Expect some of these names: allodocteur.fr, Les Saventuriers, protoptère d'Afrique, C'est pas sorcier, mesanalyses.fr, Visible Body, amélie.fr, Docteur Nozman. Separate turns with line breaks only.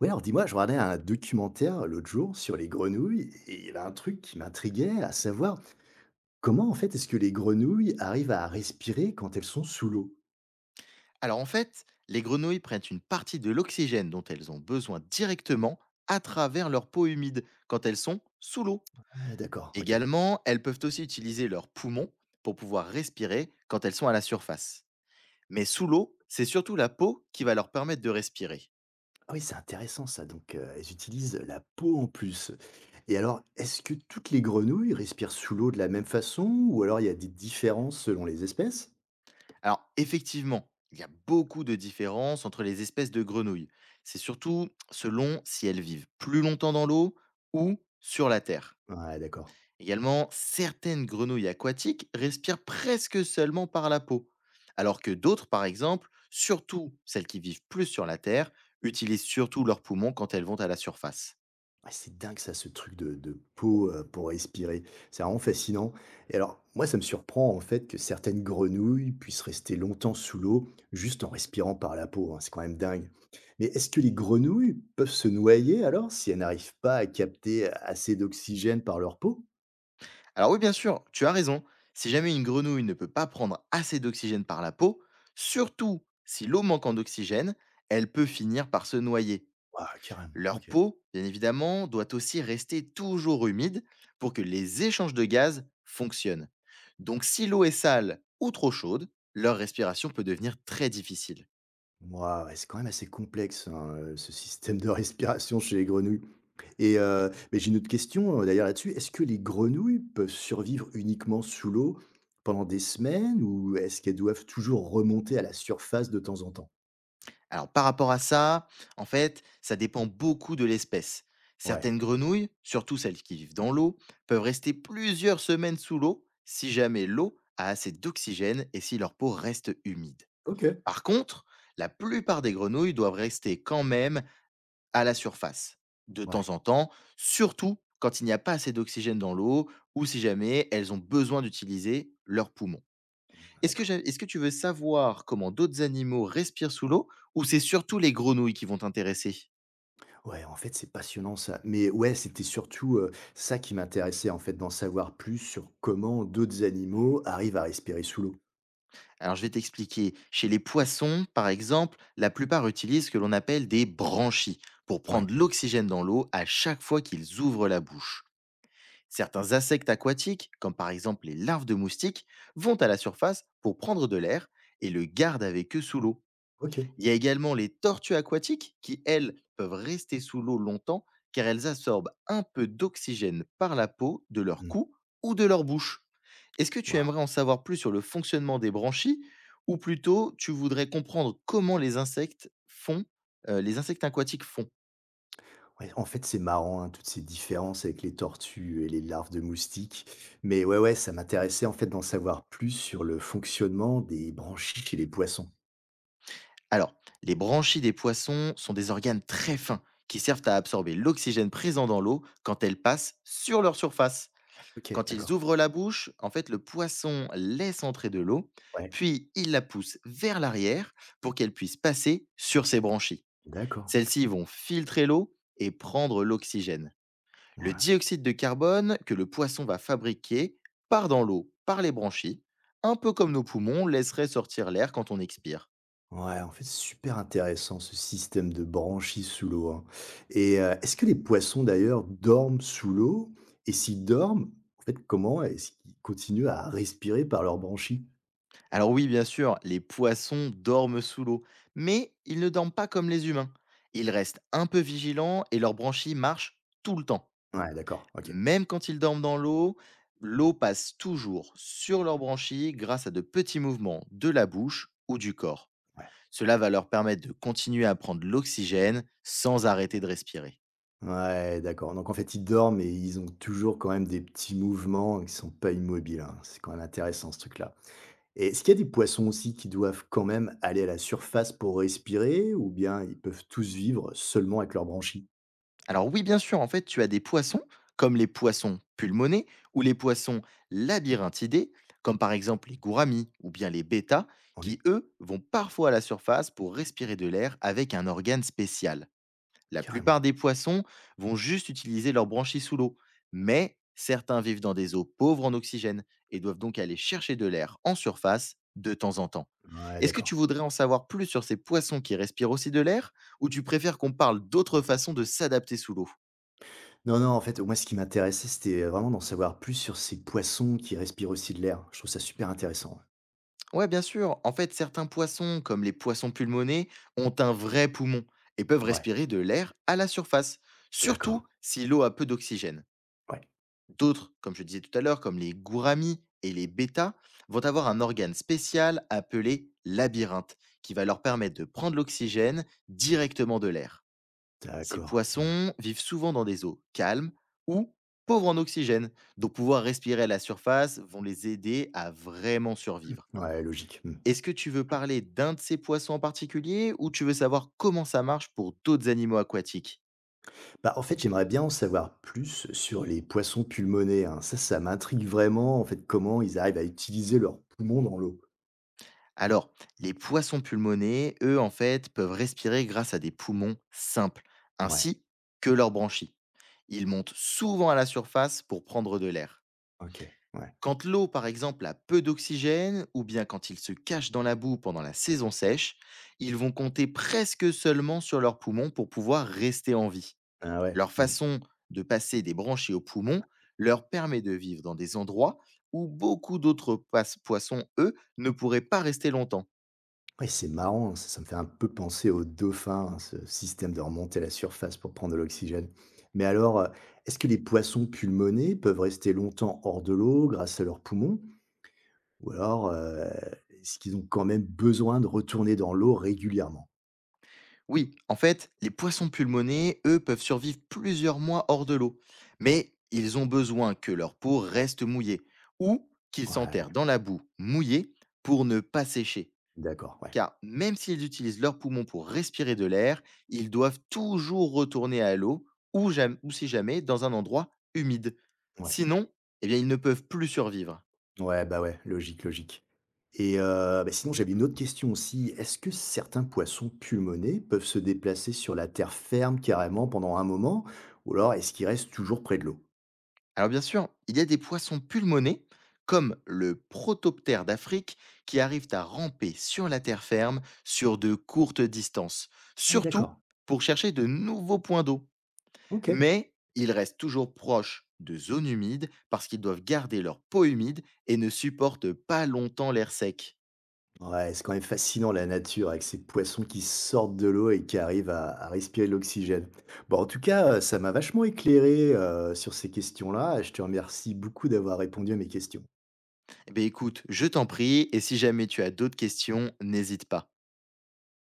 Oui, alors dis-moi, je regardais un documentaire l'autre jour sur les grenouilles et il y avait un truc qui m'intriguait, à savoir comment en fait est-ce que les grenouilles arrivent à respirer quand elles sont sous l'eau.
Alors en fait, les grenouilles prennent une partie de l'oxygène dont elles ont besoin directement à travers leur peau humide quand elles sont sous l'eau.
Ah, d'accord, ok.
Également, elles peuvent aussi utiliser leurs poumons pour pouvoir respirer quand elles sont à la surface. Mais sous l'eau, c'est surtout la peau qui va leur permettre de respirer.
Ah oui, c'est intéressant ça. Donc elles utilisent la peau en plus. Et alors, est-ce que toutes les grenouilles respirent sous l'eau de la même façon ou alors il y a des différences selon les espèces?
Alors effectivement, il y a beaucoup de différences entre les espèces de grenouilles. C'est surtout selon si elles vivent plus longtemps dans l'eau ou sur la terre.
Ouais, d'accord.
Également, certaines grenouilles aquatiques respirent presque seulement par la peau, alors que d'autres, par exemple, surtout celles qui vivent plus sur la Terre, utilisent surtout leurs poumons quand elles vont à la surface.
Ouais, c'est dingue ça, ce truc de peau pour respirer. C'est vraiment fascinant. Et alors, moi, ça me surprend en fait que certaines grenouilles puissent rester longtemps sous l'eau juste en respirant par la peau, hein. C'est quand même dingue. Mais est-ce que les grenouilles peuvent se noyer alors si elles n'arrivent pas à capter assez d'oxygène par leur peau?
Alors oui, bien sûr, tu as raison, si jamais une grenouille ne peut pas prendre assez d'oxygène par la peau, surtout si l'eau manque en oxygène, elle peut finir par se noyer.
Ouah, carrément,
Leur
ok.
peau, bien évidemment, doit aussi rester toujours humide pour que les échanges de gaz fonctionnent. Donc si l'eau est sale ou trop chaude, leur respiration peut devenir très difficile.
Ouah, ouais, c'est quand même assez complexe hein, ce système de respiration chez les grenouilles. Et mais j'ai une autre question, d'ailleurs là-dessus. Est-ce que les grenouilles peuvent survivre uniquement sous l'eau pendant des semaines ou est-ce qu'elles doivent toujours remonter à la surface de temps en temps?
Alors par rapport à ça, en fait, ça dépend beaucoup de l'espèce.
Ouais.
Certaines grenouilles, surtout celles qui vivent dans l'eau, peuvent rester plusieurs semaines sous l'eau si jamais l'eau a assez d'oxygène et si leur peau reste humide.
OK.
Par contre, la plupart des grenouilles doivent rester quand même à la surface de temps
Ouais,
en temps, surtout quand il n'y a pas assez d'oxygène dans l'eau ou si jamais elles ont besoin d'utiliser leurs poumons.
d'accord.
Est-ce que tu veux savoir comment d'autres animaux respirent sous l'eau ou c'est surtout les grenouilles qui vont t'intéresser?
Ouais, en fait, c'est passionnant ça. Mais ouais, c'était surtout, ça qui m'intéressait en fait, d'en savoir plus sur comment d'autres animaux arrivent à respirer sous l'eau.
Alors je vais t'expliquer. Chez les poissons, par exemple, la plupart utilisent ce que l'on appelle des branchies pour
Ouais.
prendre l'oxygène dans l'eau à chaque fois qu'ils ouvrent la bouche. Certains insectes aquatiques, comme par exemple les larves de moustiques, vont à la surface pour prendre de l'air et le gardent avec eux sous l'eau.
OK.
Il y a également les tortues aquatiques qui, elles, peuvent rester sous l'eau longtemps car elles absorbent un peu d'oxygène par la peau, de leur
Mmh.
cou ou de leur bouche. Est-ce que tu
Waouh!
aimerais en savoir plus sur le fonctionnement des branchies ou plutôt tu voudrais comprendre comment les insectes font, les insectes aquatiques font?
Ouais, en fait, c'est marrant, hein, toutes ces différences avec les tortues et les larves de moustiques. Mais ouais, ouais, ça m'intéressait en fait d'en savoir plus sur le fonctionnement des branchies chez les poissons.
Alors, les branchies des poissons sont des organes très fins qui servent à absorber l'oxygène présent dans l'eau quand elle passe sur leur surface.
Ok,
Quand ils
d'accord.
ouvrent la bouche, en fait, le poisson laisse entrer de l'eau,
Ouais,
puis il la pousse vers l'arrière pour qu'elle puisse passer sur ses branchies.
d'accord.
Celles-ci vont filtrer l'eau et prendre l'oxygène. Le
Ouais.
dioxyde de carbone que le poisson va fabriquer part dans l'eau par les branchies, un peu comme nos poumons laisseraient sortir l'air quand on expire.
Ouais, en fait, c'est super intéressant ce système de branchies sous l'eau, hein. Et est-ce que les poissons d'ailleurs dorment sous l'eau? Et s'ils dorment, en fait, comment est-ce qu'ils continuent à respirer par leurs branchies?
Alors oui, bien sûr, les poissons dorment sous l'eau, mais ils ne dorment pas comme les humains. Ils restent un peu vigilants et leurs branchies marchent tout le temps.
Ouais, d'accord, ok.
Même quand ils dorment dans l'eau, l'eau passe toujours sur leurs branchies grâce à de petits mouvements de la bouche ou du corps.
Ouais.
Cela va leur permettre de continuer à prendre l'oxygène sans arrêter de respirer.
Ouais, d'accord. Donc en fait, ils dorment et ils ont toujours quand même des petits mouvements qui sont pas immobiles, hein. C'est quand même intéressant ce truc-là. Et est-ce qu'il y a des poissons aussi qui doivent quand même aller à la surface pour respirer ou bien ils peuvent tous vivre seulement avec leurs branchies?
Alors oui, bien sûr, en fait, tu as des poissons, comme les poissons pulmonés ou les poissons labyrinthidés, comme par exemple les gouramis ou bien les bêtas,
Ouais,
qui, eux, vont parfois à la surface pour respirer de l'air avec un organe spécial. La plupart
carrément.
des poissons vont juste utiliser leurs branchies sous l'eau, mais certains vivent dans des eaux pauvres en oxygène et doivent donc aller chercher de l'air en surface de temps en temps.
Ouais,
Est-ce que
d'accord.
tu voudrais en savoir plus sur ces poissons qui respirent aussi de l'air ou tu préfères qu'on parle d'autres façons de s'adapter sous l'eau?
Non, non, en fait, moi, ce qui m'intéressait, c'était vraiment d'en savoir plus sur ces poissons qui respirent aussi de l'air. Je trouve ça super intéressant.
Ouais, bien sûr. En fait, certains poissons, comme les poissons pulmonés, ont un vrai poumon et peuvent
Ouais, ouais,
respirer de l'air à la surface,
d'accord.
surtout si l'eau a peu d'oxygène.
Ouais,
D'autres, comme je disais tout à l'heure, comme les gouramis et les bêtas, vont avoir un organe spécial appelé labyrinthe, qui va leur permettre de prendre l'oxygène directement de l'air. Ces
d'accord. Ouais,
poissons vivent souvent dans des eaux calmes ou pauvres en oxygène, donc pouvoir respirer à la surface vont les aider à vraiment survivre.
ouais, logique. Hmm.
Est-ce que tu veux parler d'un de ces poissons en particulier ou tu veux savoir comment ça marche pour d'autres animaux aquatiques?
Bah, en fait, j'aimerais bien en savoir plus sur les poissons pulmonés, hein. Ça m'intrigue vraiment, en fait, comment ils arrivent à utiliser leurs poumons dans l'eau.
Alors, les poissons pulmonés, eux, en fait, peuvent respirer grâce à des poumons simples,
Ouais,
ainsi que leurs branchies. Ils montent souvent à la surface pour prendre de l'air.
ok, ouais.
Quand l'eau, par exemple, a peu d'oxygène, ou bien quand ils se cachent dans la boue pendant la saison sèche, ils vont compter presque seulement sur leurs poumons pour pouvoir rester en vie.
Ah ouais.
Leur
Hmm.
façon de passer des branchies aux poumons leur permet de vivre dans des endroits où beaucoup d'autres poissons, eux, ne pourraient pas rester longtemps.
Ouais, c'est marrant, hein, ça me fait un peu penser aux dauphins, hein, ce système de remonter à la surface pour prendre de l'oxygène. Mais alors, est-ce que les poissons pulmonés peuvent rester longtemps hors de l'eau grâce à leurs poumons? Ou alors, est-ce qu'ils ont quand même besoin de retourner dans l'eau régulièrement?
Oui, en fait, les poissons pulmonés, eux, peuvent survivre plusieurs mois hors de l'eau, mais ils ont besoin que leur peau reste mouillée ou qu'ils
Ouais,
s'enterrent dans la boue mouillée pour ne pas sécher,
d'accord, ouais,
car même s'ils utilisent leurs poumons pour respirer de l'air, ils doivent toujours retourner à l'eau ou si jamais dans un endroit humide.
ouais.
Sinon, eh bien, ils ne peuvent plus survivre.
Ouais, bah, ouais, logique, logique. Et bah, sinon j'avais une autre question aussi. Est-ce que certains poissons pulmonés peuvent se déplacer sur la terre ferme carrément pendant un moment? Ou alors est-ce qu'ils restent toujours près de l'eau?
Alors bien sûr, il y a des poissons pulmonés, comme le protoptère d'Afrique, qui arrivent à ramper sur la terre ferme sur de courtes distances,
Ah,
surtout
d'accord.
pour chercher de nouveaux points d'eau.
OK.
Mais ils restent toujours proches de zones humides parce qu'ils doivent garder leur peau humide et ne supportent pas longtemps l'air sec.
Ouais, c'est quand même fascinant la nature avec ces poissons qui sortent de l'eau et qui arrivent à respirer de l'oxygène. Bon, en tout cas, ça m'a vachement éclairé, sur ces questions-là. Je te remercie beaucoup d'avoir répondu à mes questions.
Eh bien écoute, je t'en prie, et si jamais tu as d'autres questions, n'hésite pas.